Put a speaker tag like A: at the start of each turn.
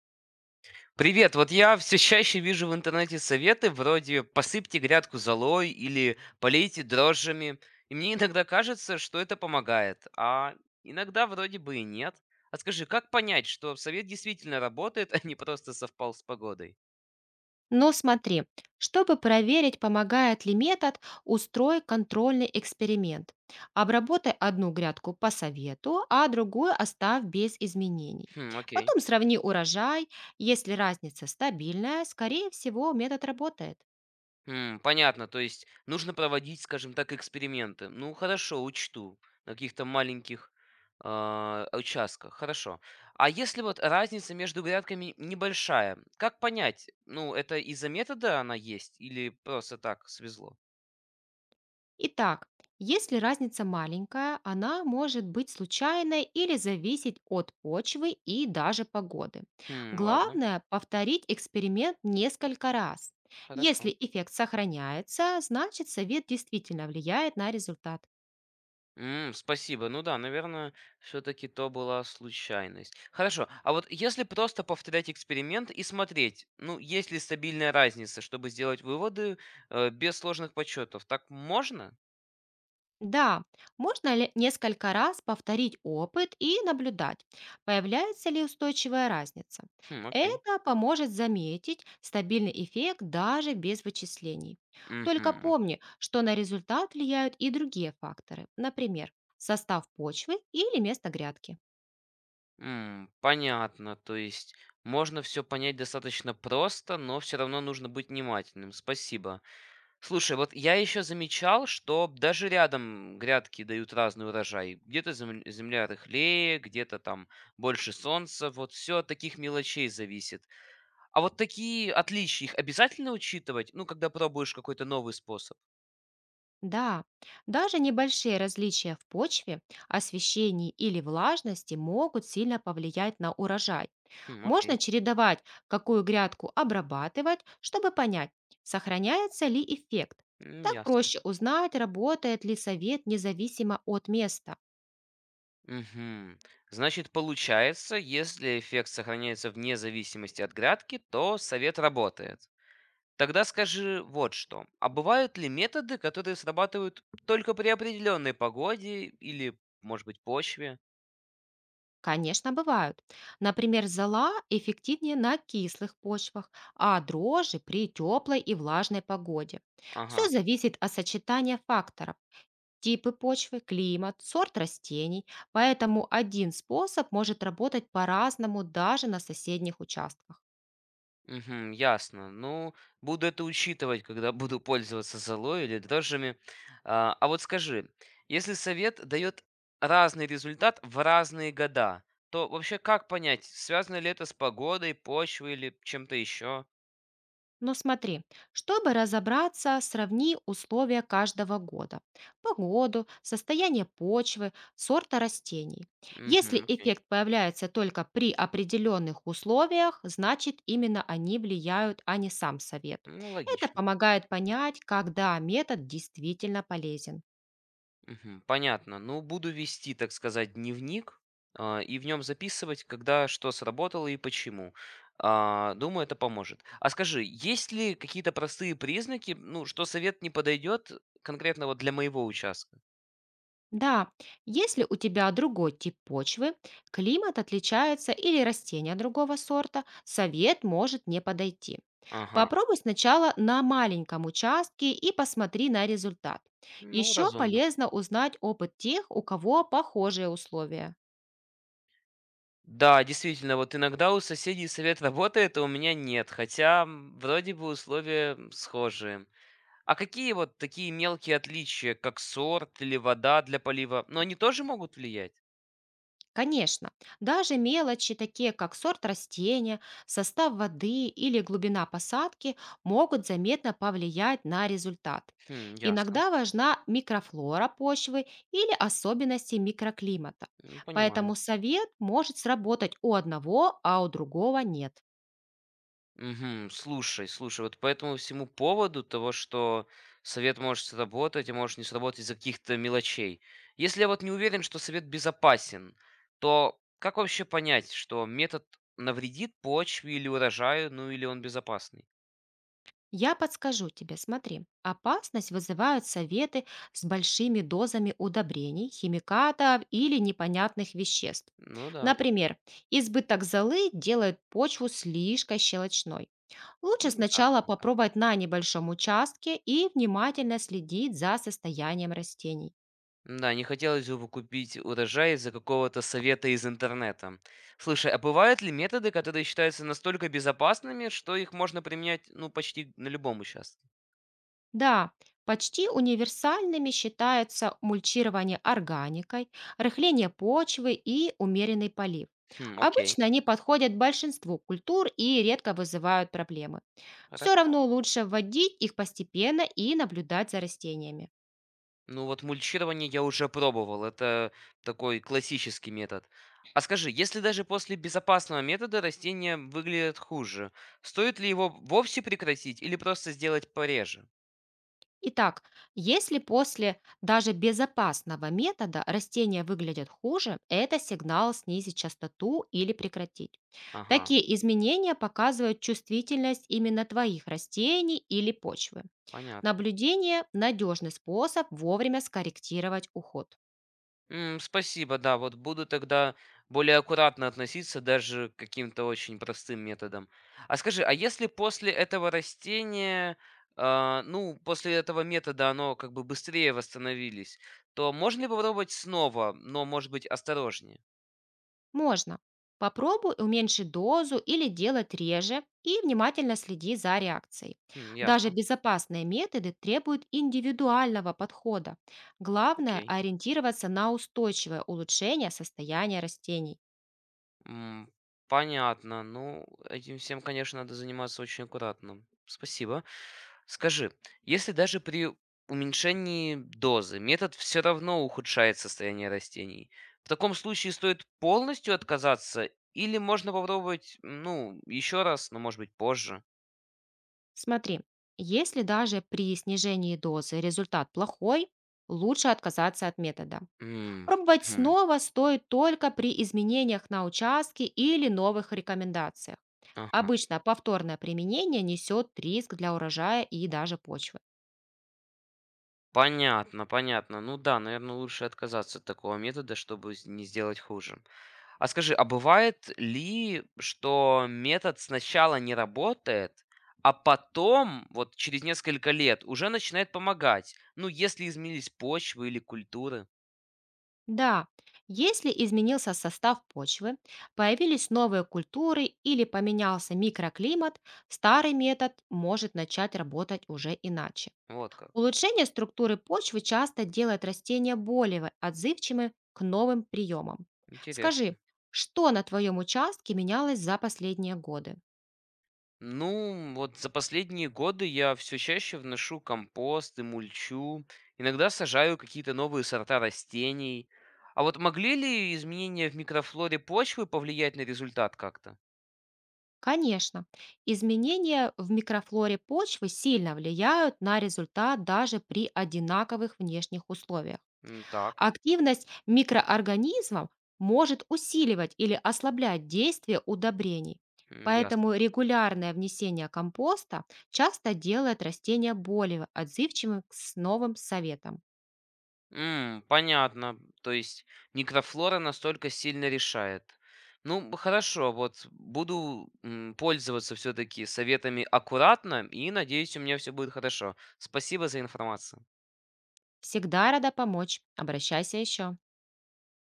A: Привет, вот я все чаще вижу в интернете советы вроде «посыпьте грядку золой» или «полейте дрожжами», и мне иногда кажется, что это помогает, а иногда вроде бы и нет. А скажи, как понять, что совет действительно работает, а не просто совпал с погодой?
B: Но смотри, чтобы проверить, помогает ли метод, устрой контрольный эксперимент. Обработай одну грядку по совету, а другую оставь без изменений.
A: Хм, окей.
B: Потом сравни урожай. Если разница стабильная, скорее всего, метод работает.
A: М, понятно, то есть нужно проводить, скажем так, эксперименты. Ну, хорошо, учту на каких-то маленьких участках. Хорошо. А если вот разница между грядками небольшая, как понять? Ну, это из-за метода она есть или просто так свезло?
B: Итак, если разница маленькая, она может быть случайной или зависеть от почвы и даже погоды.
A: Хм, ладно,
B: Главное– повторить эксперимент несколько раз.
A: хорошо.
B: Если эффект сохраняется, значит совет действительно влияет на результат.
A: М, спасибо. Ну да, наверное, все-таки то была случайность. Хорошо. А вот если просто повторять эксперимент и смотреть, ну, есть ли стабильная разница, чтобы сделать выводы без сложных подсчетов, так можно?
B: Да, можно ли несколько раз повторить опыт и наблюдать, появляется ли устойчивая разница.
A: Хм, окей.
B: Это поможет заметить стабильный эффект даже без вычислений. Только
A: Мгм.
B: помни, что на результат влияют и другие факторы, например, состав почвы или место грядки.
A: М, понятно. То есть можно все понять достаточно просто, но все равно нужно быть внимательным. Спасибо. Слушай, вот я еще замечал, что даже рядом грядки дают разный урожай. Где-то земля рыхлее, где-то там больше солнца. Вот все от таких мелочей зависит. А вот такие отличия, их обязательно учитывать? Ну, когда пробуешь какой-то новый способ.
B: Да, даже небольшие различия в почве, освещении или влажности могут сильно повлиять на урожай.
A: Хм,
B: Можно
A: окей.
B: чередовать, какую грядку обрабатывать, чтобы понять, сохраняется ли эффект. Так
A: Ясно.
B: проще узнать, работает ли совет независимо от места.
A: Мгм. Значит, получается, если эффект сохраняется вне зависимости от грядки, то совет работает. Тогда скажи вот что. А бывают ли методы, которые срабатывают только при определенной погоде или, может быть, почве?
B: Конечно, бывают. Например, зола эффективнее на кислых почвах, а дрожжи при теплой и влажной погоде.
A: Ага.
B: Все зависит от сочетания факторов: типы почвы, климат, сорт растений, поэтому один способ может работать по-разному даже на соседних участках.
A: Мгм, ясно. Ну, буду это учитывать, когда буду пользоваться золой или дрожжами. А вот скажи, если совет дает разный результат в разные года, то вообще как понять, связано ли это с погодой, почвой или чем-то еще?
B: Но смотри, чтобы разобраться, сравни условия каждого года. Погоду, состояние почвы, сорта растений. Если
A: Угу, окей.
B: эффект появляется только при определенных условиях, значит именно они влияют, а не сам совет.
A: Ну,
B: Это
A: логично.
B: помогает понять, когда метод действительно полезен.
A: Мгм. Понятно. Ну, буду вести, так сказать, дневник, и в нем записывать, когда что сработало и почему. А, думаю, это поможет. А скажи, есть ли какие-то простые признаки, ну, что совет не подойдет конкретно вот для моего участка?
B: Да, если у тебя другой тип почвы, климат отличается или растения другого сорта, совет может не подойти.
A: Ага.
B: Попробуй сначала на маленьком участке и посмотри на результат.
A: Ну,
B: Еще
A: разумно.
B: полезно узнать опыт тех, у кого похожие условия.
A: Да, действительно, вот иногда у соседей совет работает, а у меня нет, хотя вроде бы условия схожие. А какие вот такие мелкие отличия, как сорт или вода для полива, но они тоже могут влиять?
B: Конечно, даже мелочи, такие как сорт растения, состав воды или глубина посадки, могут заметно повлиять на результат.
A: Хм, ясно.
B: Иногда важна микрофлора почвы или особенности микроклимата.
A: М, понимаю.
B: Поэтому совет может сработать у одного, а у другого нет.
A: Мгм. Слушай, слушай, вот по этому всему поводу того, что совет может сработать, а может не сработать из-за каких-то мелочей. Если я вот не уверен, что совет безопасен, то как вообще понять, что метод навредит почве или урожаю, ну или он безопасный?
B: Я подскажу тебе, смотри. Опасность вызывают советы с большими дозами удобрений, химикатов или непонятных веществ.
A: Ну да,
B: Например, избыток золы делает почву слишком щелочной. Лучше
A: да,
B: сначала
A: да.
B: попробовать на небольшом участке и внимательно следить за состоянием растений.
A: Да, не хотелось бы купить урожай из-за какого-то совета из интернета. Слушай, а бывают ли методы, которые считаются настолько безопасными, что их можно применять, ну, почти на любом участке?
B: Да, почти универсальными считаются мульчирование органикой, рыхление почвы и умеренный полив.
A: Хм, окей.
B: Обычно они подходят большинству культур и редко вызывают проблемы. Все
A: Хорошо.
B: равно лучше вводить их постепенно и наблюдать за растениями.
A: Ну вот мульчирование я уже пробовал, это такой классический метод. А скажи, если даже после безопасного метода растения выглядят хуже, стоит ли его вовсе прекратить или просто сделать пореже?
B: Итак, если после даже безопасного метода растения выглядят хуже, это сигнал снизить частоту или прекратить.
A: Ага,
B: Такие изменения показывают чувствительность именно твоих растений или почвы.
A: понятно.
B: Наблюдение– надежный способ вовремя скорректировать уход.
A: М, спасибо, да, вот буду тогда более аккуратно относиться даже к каким-то очень простым методам. А скажи, а если после этого растения, ну, после этого метода оно как бы быстрее восстановились, то можно ли попробовать снова, но, может быть, осторожнее?
B: Можно. Попробуй уменьшить дозу или делать реже и внимательно следи за реакцией.
A: Хм,
B: Даже
A: ясно,
B: безопасные методы требуют индивидуального подхода. Главное–
A: окей.
B: ориентироваться на устойчивое улучшение состояния растений.
A: М, понятно. Ну, этим всем, конечно, надо заниматься очень аккуратно. Спасибо. Скажи, если даже при уменьшении дозы метод все равно ухудшает состояние растений, в таком случае стоит полностью отказаться или можно попробовать, ну, еще раз, но, может быть, позже?
B: Смотри, если даже при снижении дозы результат плохой, лучше отказаться от метода.
A: М,
B: Пробовать
A: хм,
B: снова стоит только при изменениях на участке или новых рекомендациях.
A: ага.
B: Обычно повторное применение несет риск для урожая и даже почвы.
A: Понятно, понятно. Ну да, наверное, лучше отказаться от такого метода, чтобы не сделать хуже. А скажи, а бывает ли, что метод сначала не работает, а потом, вот через несколько лет, уже начинает помогать? Ну, если изменились почвы или культуры.
B: Да, если изменился состав почвы, появились новые культуры или поменялся микроклимат, старый метод может начать работать уже иначе.
A: Вот как.
B: Улучшение структуры почвы часто делает растения более отзывчивыми к новым приемам. Скажи,
A: Интересно.
B: что на твоем участке менялось за последние годы?
A: Ну, вот за последние годы я все чаще вношу компост и мульчу. Иногда сажаю какие-то новые сорта растений. А вот могли ли изменения в микрофлоре почвы повлиять на результат как-то?
B: Конечно, изменения в микрофлоре почвы сильно влияют на результат даже при одинаковых внешних условиях.
A: М, Так,
B: Активность микроорганизмов может усиливать или ослаблять действие удобрений.
A: м, ясно.
B: Поэтому регулярное внесение компоста часто делает растения более отзывчивым к с- новым советам.
A: М, понятно. То есть микрофлора настолько сильно решает. Ну, хорошо, вот буду пользоваться все-таки советами аккуратно, и надеюсь, у меня все будет хорошо. Спасибо за информацию.
B: Всегда рада помочь. Обращайся еще.